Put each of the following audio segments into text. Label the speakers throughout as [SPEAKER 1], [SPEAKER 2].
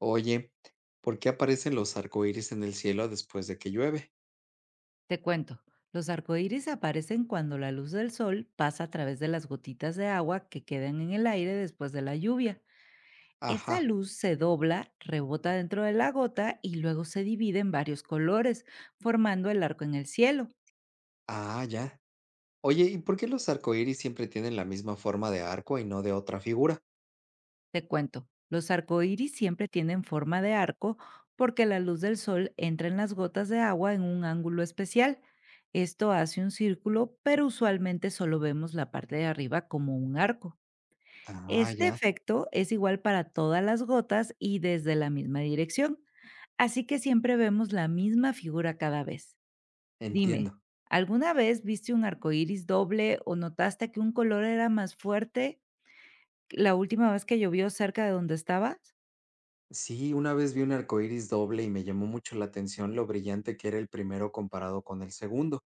[SPEAKER 1] Oye, ¿por qué aparecen los arcoíris en el cielo después de que llueve?
[SPEAKER 2] Te cuento, los arcoíris aparecen cuando la luz del sol pasa a través de las gotitas de agua que quedan en el aire después de la lluvia. Esa
[SPEAKER 1] Ajá.
[SPEAKER 2] luz se dobla, rebota dentro de la gota y luego se divide en varios colores, formando el arco en el cielo.
[SPEAKER 1] Ah, ya. Oye, ¿y por qué los arcoíris siempre tienen la misma forma de arco y no de otra figura?
[SPEAKER 2] Te cuento, los arcoíris siempre tienen forma de arco porque la luz del sol entra en las gotas de agua en un ángulo especial. Esto hace un círculo, pero usualmente solo vemos la parte de arriba como un arco.
[SPEAKER 1] Ah,
[SPEAKER 2] Este
[SPEAKER 1] ya.
[SPEAKER 2] efecto es igual para todas las gotas y desde la misma dirección, así que siempre vemos la misma figura cada vez. Dime,
[SPEAKER 1] Entiendo.
[SPEAKER 2] ¿alguna vez viste un arco iris doble o notaste que un color era más fuerte la última vez que llovió cerca de donde estabas?
[SPEAKER 1] Sí, una vez vi un arcoíris doble y me llamó mucho la atención lo brillante que era el primero comparado con el segundo.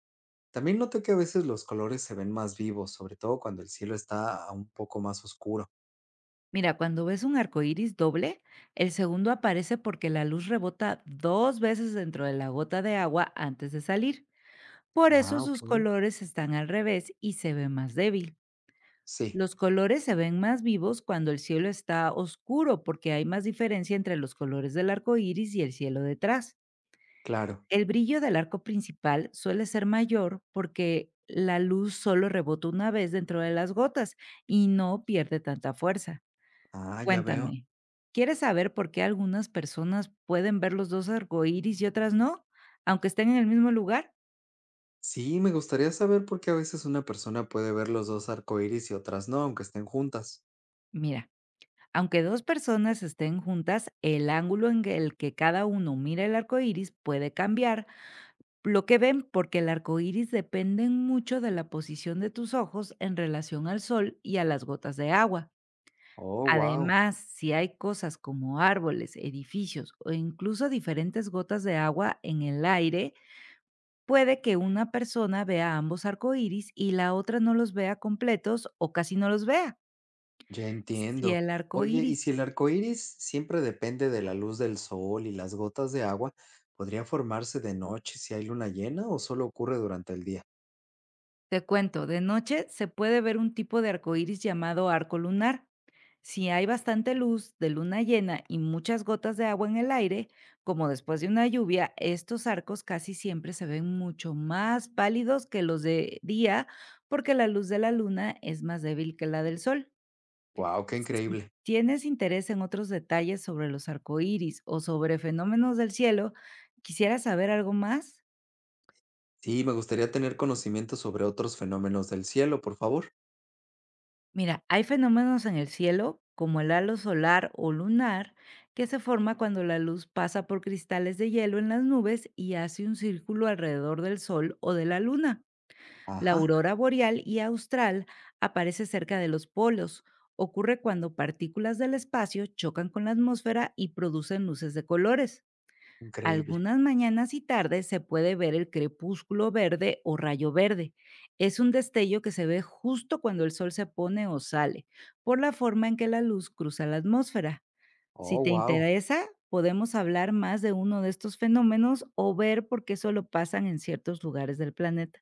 [SPEAKER 1] También noté que a veces los colores se ven más vivos, sobre todo cuando el cielo está un poco más oscuro.
[SPEAKER 2] Mira, cuando ves un arco iris doble, el segundo aparece porque la luz rebota dos veces dentro de la gota de agua antes de salir. Por eso
[SPEAKER 1] Ah, ok.
[SPEAKER 2] sus colores están al revés y se ve más débil.
[SPEAKER 1] Sí,
[SPEAKER 2] Los colores se ven más vivos cuando el cielo está oscuro porque hay más diferencia entre los colores del arco iris y el cielo detrás.
[SPEAKER 1] claro.
[SPEAKER 2] El brillo del arco principal suele ser mayor porque la luz solo rebota una vez dentro de las gotas y no pierde tanta fuerza.
[SPEAKER 1] Ah, ya veo.
[SPEAKER 2] Cuéntame, ¿quieres saber por qué algunas personas pueden ver los dos arcoíris y otras no, aunque estén en el mismo lugar?
[SPEAKER 1] Sí, me gustaría saber por qué a veces una persona puede ver los dos arcoíris y otras no, aunque estén juntas.
[SPEAKER 2] Mira. Aunque dos personas estén juntas, el ángulo en el que cada uno mira el arco iris puede cambiar lo que ven, porque el arco iris depende mucho de la posición de tus ojos en relación al sol y a las gotas de agua.
[SPEAKER 1] Oh, wow,
[SPEAKER 2] Además, si hay cosas como árboles, edificios o incluso diferentes gotas de agua en el aire, puede que una persona vea ambos arcoíris y la otra no los vea completos o casi no los vea.
[SPEAKER 1] ya
[SPEAKER 2] Si
[SPEAKER 1] entiendo.
[SPEAKER 2] el arco
[SPEAKER 1] Oye, ¿y
[SPEAKER 2] iris.
[SPEAKER 1] si el arcoíris siempre depende de la luz del sol y las gotas de agua, podría formarse de noche si hay luna llena o solo ocurre durante el día?
[SPEAKER 2] Te cuento, de noche se puede ver un tipo de arcoíris llamado arco lunar. Si hay bastante luz de luna llena y muchas gotas de agua en el aire, como después de una lluvia, estos arcos casi siempre se ven mucho más pálidos que los de día porque la luz de la luna es más débil que la del sol.
[SPEAKER 1] Wow, qué
[SPEAKER 2] Si
[SPEAKER 1] increíble.
[SPEAKER 2] tienes interés en otros detalles sobre los arcoíris o sobre fenómenos del cielo, ¿quisieras saber algo más?
[SPEAKER 1] Sí, me gustaría tener conocimiento sobre otros fenómenos del cielo, por favor.
[SPEAKER 2] Mira, hay fenómenos en el cielo, como el halo solar o lunar, que se forma cuando la luz pasa por cristales de hielo en las nubes y hace un círculo alrededor del Sol o de la Luna. La
[SPEAKER 1] Ajá,
[SPEAKER 2] aurora boreal y austral aparece cerca de los polos. Ocurre cuando partículas del espacio chocan con la atmósfera y producen luces de colores.
[SPEAKER 1] increíble.
[SPEAKER 2] Algunas mañanas y tardes se puede ver el crepúsculo verde o rayo verde. Es un destello que se ve justo cuando el sol se pone o sale, por la forma en que la luz cruza la atmósfera. Si
[SPEAKER 1] Oh,
[SPEAKER 2] te
[SPEAKER 1] wow.
[SPEAKER 2] interesa, podemos hablar más de uno de estos fenómenos o ver por qué solo pasan en ciertos lugares del planeta.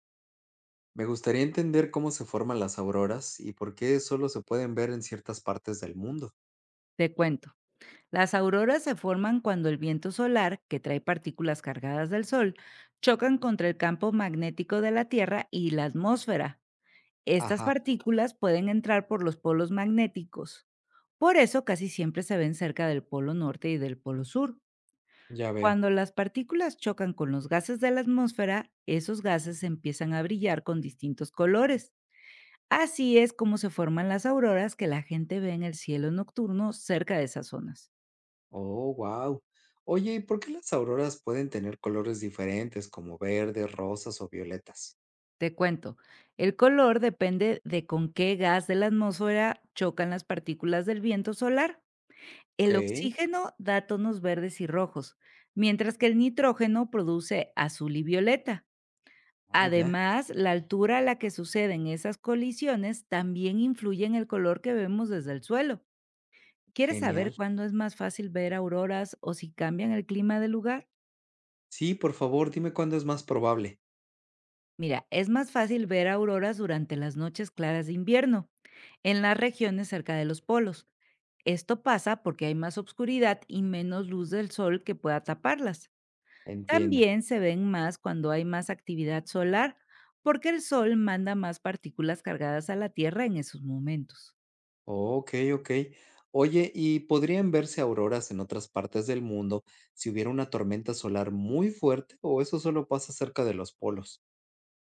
[SPEAKER 1] Me gustaría entender cómo se forman las auroras y por qué solo se pueden ver en ciertas partes del mundo.
[SPEAKER 2] Te cuento. Las auroras se forman cuando el viento solar, que trae partículas cargadas del sol, chocan contra el campo magnético de la Tierra y la atmósfera. Estas
[SPEAKER 1] Ajá,
[SPEAKER 2] partículas pueden entrar por los polos magnéticos. Por eso casi siempre se ven cerca del polo norte y del polo sur.
[SPEAKER 1] ya veo.
[SPEAKER 2] Cuando las partículas chocan con los gases de la atmósfera, esos gases empiezan a brillar con distintos colores. Así es como se forman las auroras que la gente ve en el cielo nocturno cerca de esas zonas.
[SPEAKER 1] Oh, wow. Oye, ¿y por qué las auroras pueden tener colores diferentes como verdes, rosas o violetas?
[SPEAKER 2] Te cuento, el color depende de con qué gas de la atmósfera chocan las partículas del viento solar.
[SPEAKER 1] Ok.
[SPEAKER 2] El oxígeno da tonos verdes y rojos, mientras que el nitrógeno produce azul y violeta.
[SPEAKER 1] Ah, ya.
[SPEAKER 2] Además, la altura a la que suceden esas colisiones también influye en el color que vemos desde el suelo. ¿Quieres saber
[SPEAKER 1] Genial.
[SPEAKER 2] cuándo es más fácil ver auroras o si cambian el clima del lugar?
[SPEAKER 1] Sí, por favor, dime cuándo es más probable.
[SPEAKER 2] Mira, es más fácil ver auroras durante las noches claras de invierno, en las regiones cerca de los polos. Esto pasa porque hay más oscuridad y menos luz del sol que pueda taparlas.
[SPEAKER 1] Entiendo.
[SPEAKER 2] También se ven más cuando hay más actividad solar, porque el Sol manda más partículas cargadas a la Tierra en esos momentos.
[SPEAKER 1] Ok, ok. Oye, ¿y podrían verse auroras en otras partes del mundo si hubiera una tormenta solar muy fuerte o eso solo pasa cerca de los polos?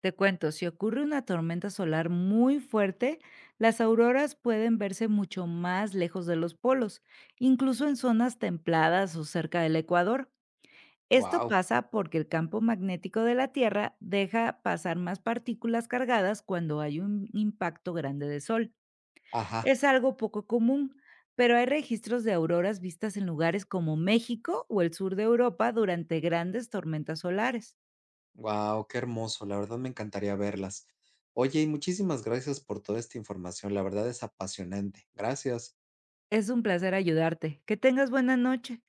[SPEAKER 2] Te cuento, si ocurre una tormenta solar muy fuerte, las auroras pueden verse mucho más lejos de los polos, incluso en zonas templadas o cerca del Ecuador. Esto
[SPEAKER 1] Wow.
[SPEAKER 2] pasa porque el campo magnético de la Tierra deja pasar más partículas cargadas cuando hay un impacto grande de Sol.
[SPEAKER 1] Ajá.
[SPEAKER 2] Es algo poco común, pero hay registros de auroras vistas en lugares como México o el sur de Europa durante grandes tormentas solares.
[SPEAKER 1] Wow, qué hermoso. La verdad me encantaría verlas. Oye, y muchísimas gracias por toda esta información. La verdad es apasionante. Gracias.
[SPEAKER 2] Es un placer ayudarte. Que tengas buena noche.